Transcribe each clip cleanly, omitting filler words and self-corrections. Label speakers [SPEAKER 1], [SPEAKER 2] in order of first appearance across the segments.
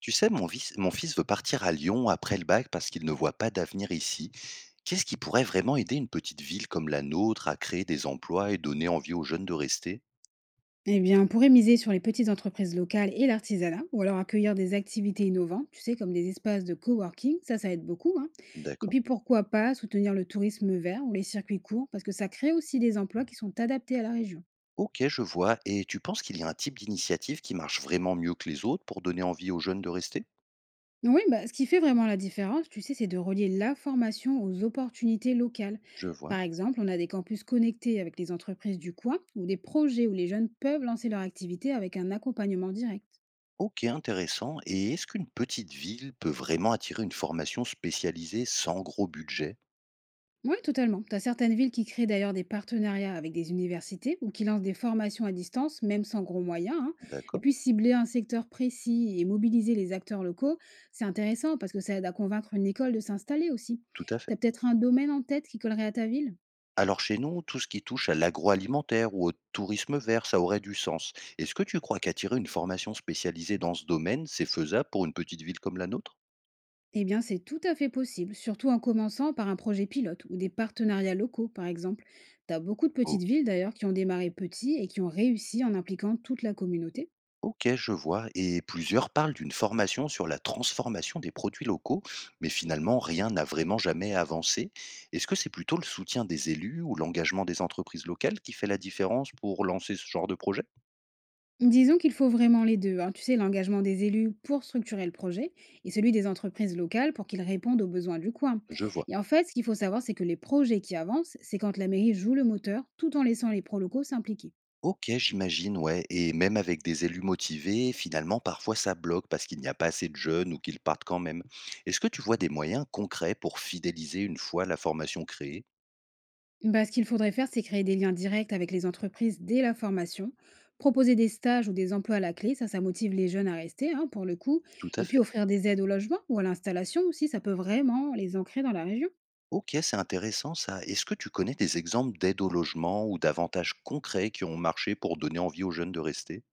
[SPEAKER 1] Tu sais, mon fils veut partir à Lyon après le bac parce qu'il ne voit pas d'avenir ici. Qu'est-ce qui pourrait vraiment aider une petite ville comme la nôtre à créer des emplois et donner envie aux jeunes de rester?
[SPEAKER 2] Eh bien, on pourrait miser sur les petites entreprises locales et l'artisanat, ou alors accueillir des activités innovantes, tu sais, comme des espaces de coworking, ça aide beaucoup, hein. Et
[SPEAKER 1] D'accord.
[SPEAKER 2] puis, pourquoi pas soutenir le tourisme vert ou les circuits courts, parce que ça crée aussi des emplois qui sont adaptés à la région.
[SPEAKER 1] Ok, je vois. Et tu penses qu'il y a un type d'initiative qui marche vraiment mieux que les autres pour donner envie aux jeunes de rester?
[SPEAKER 2] Oui, bah, ce qui fait vraiment la différence, tu sais, c'est de relier la formation aux opportunités locales.
[SPEAKER 1] Je vois.
[SPEAKER 2] Par exemple, on a des campus connectés avec les entreprises du coin, ou des projets où les jeunes peuvent lancer leur activité avec un accompagnement direct.
[SPEAKER 1] Ok, intéressant. Et est-ce qu'une petite ville peut vraiment attirer une formation spécialisée sans gros budget?
[SPEAKER 2] Oui, totalement. Tu as certaines villes qui créent d'ailleurs des partenariats avec des universités ou qui lancent des formations à distance, même sans gros moyens, hein. Et
[SPEAKER 1] D'accord.
[SPEAKER 2] puis cibler un secteur précis et mobiliser les acteurs locaux, c'est intéressant parce que ça aide à convaincre une école de s'installer aussi.
[SPEAKER 1] Tout à
[SPEAKER 2] Tu
[SPEAKER 1] fait.
[SPEAKER 2] as peut-être un domaine en tête qui collerait à ta ville.
[SPEAKER 1] Alors chez nous, tout ce qui touche à l'agroalimentaire ou au tourisme vert, ça aurait du sens. Est-ce que tu crois qu'attirer une formation spécialisée dans ce domaine, c'est faisable pour une petite ville comme la nôtre?
[SPEAKER 2] Eh bien, c'est tout à fait possible, surtout en commençant par un projet pilote ou des partenariats locaux, par exemple. T'as beaucoup de petites
[SPEAKER 1] Ok.
[SPEAKER 2] villes d'ailleurs qui ont démarré petits et qui ont réussi en impliquant toute la communauté.
[SPEAKER 1] Ok, je vois. Et plusieurs parlent d'une formation sur la transformation des produits locaux, mais finalement, rien n'a vraiment jamais avancé. Est-ce que c'est plutôt le soutien des élus ou l'engagement des entreprises locales qui fait la différence pour lancer ce genre de projet?
[SPEAKER 2] Disons qu'il faut vraiment les deux, hein. Tu sais, l'engagement des élus pour structurer le projet et celui des entreprises locales pour qu'ils répondent aux besoins du coin.
[SPEAKER 1] Je vois.
[SPEAKER 2] Et en fait, ce qu'il faut savoir, c'est que les projets qui avancent, c'est quand la mairie joue le moteur tout en laissant les pros locaux s'impliquer.
[SPEAKER 1] OK, j'imagine, ouais, et même avec des élus motivés, finalement, parfois ça bloque parce qu'il n'y a pas assez de jeunes ou qu'ils partent quand même. Est-ce que tu vois des moyens concrets pour fidéliser une fois la formation créée?
[SPEAKER 2] Bah, ce qu'il faudrait faire, c'est créer des liens directs avec les entreprises dès la formation, proposer des stages ou des emplois à la clé, ça motive les jeunes à rester, hein, pour le coup,
[SPEAKER 1] Tout à
[SPEAKER 2] et puis
[SPEAKER 1] fait.
[SPEAKER 2] offrir des aides au logement ou à l'installation aussi, ça peut vraiment les ancrer dans la région.
[SPEAKER 1] OK, c'est intéressant ça. Est-ce que tu connais des exemples d'aide au logement ou d'avantages concrets qui ont marché pour donner envie aux jeunes de rester?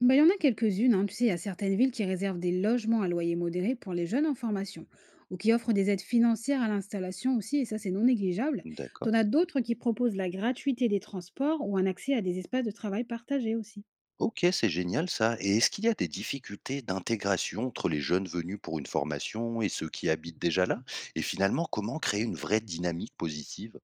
[SPEAKER 2] Bah, il y en a quelques-unes, hein, tu sais, il y a certaines villes qui réservent des logements à loyer modéré pour les jeunes en formation, ou qui offrent des aides financières à l'installation aussi, et ça c'est non négligeable.
[SPEAKER 1] D'accord.
[SPEAKER 2] T'en as d'autres qui proposent la gratuité des transports ou un accès à des espaces de travail partagés aussi.
[SPEAKER 1] OK, c'est génial ça, et est-ce qu'il y a des difficultés d'intégration entre les jeunes venus pour une formation et ceux qui habitent déjà là? Et finalement, comment créer une vraie dynamique positive?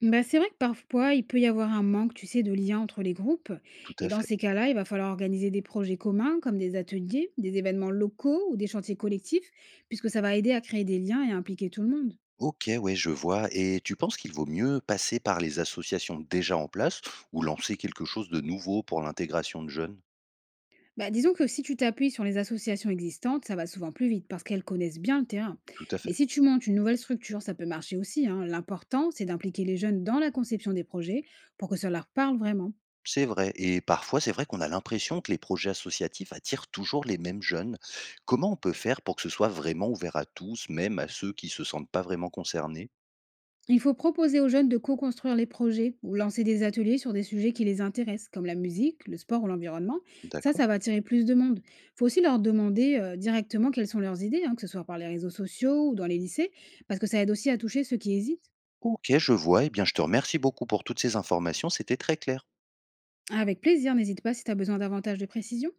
[SPEAKER 2] Bah, c'est vrai que parfois, il peut y avoir un manque, tu sais, de lien entre les groupes.
[SPEAKER 1] Tout
[SPEAKER 2] Et
[SPEAKER 1] à
[SPEAKER 2] dans
[SPEAKER 1] fait.
[SPEAKER 2] ces cas-là, il va falloir organiser des projets communs, comme des ateliers, des événements locaux ou des chantiers collectifs, puisque ça va aider à créer des liens et à impliquer tout le monde.
[SPEAKER 1] OK, ouais, je vois. Et tu penses qu'il vaut mieux passer par les associations déjà en place ou lancer quelque chose de nouveau pour l'intégration de jeunes?
[SPEAKER 2] Bah, disons que si tu t'appuies sur les associations existantes, ça va souvent plus vite parce qu'elles connaissent bien le terrain.
[SPEAKER 1] Tout à
[SPEAKER 2] Mais
[SPEAKER 1] fait.
[SPEAKER 2] si tu montes une nouvelle structure, ça peut marcher aussi, hein. L'important, c'est d'impliquer les jeunes dans la conception des projets pour que ça leur parle vraiment.
[SPEAKER 1] C'est vrai. Et parfois, c'est vrai qu'on a l'impression que les projets associatifs attirent toujours les mêmes jeunes. Comment on peut faire pour que ce soit vraiment ouvert à tous, même à ceux qui se sentent pas vraiment concernés?
[SPEAKER 2] Il faut proposer aux jeunes de co-construire les projets ou lancer des ateliers sur des sujets qui les intéressent, comme la musique, le sport ou l'environnement. Ça,
[SPEAKER 1] D'accord.
[SPEAKER 2] ça va attirer plus de monde. Il faut aussi leur demander directement quelles sont leurs idées, hein, que ce soit par les réseaux sociaux ou dans les lycées, parce que ça aide aussi à toucher ceux qui hésitent.
[SPEAKER 1] OK, je vois. Eh bien, je te remercie beaucoup pour toutes ces informations. C'était très clair.
[SPEAKER 2] Avec plaisir, n'hésite pas si tu as besoin davantage de précision.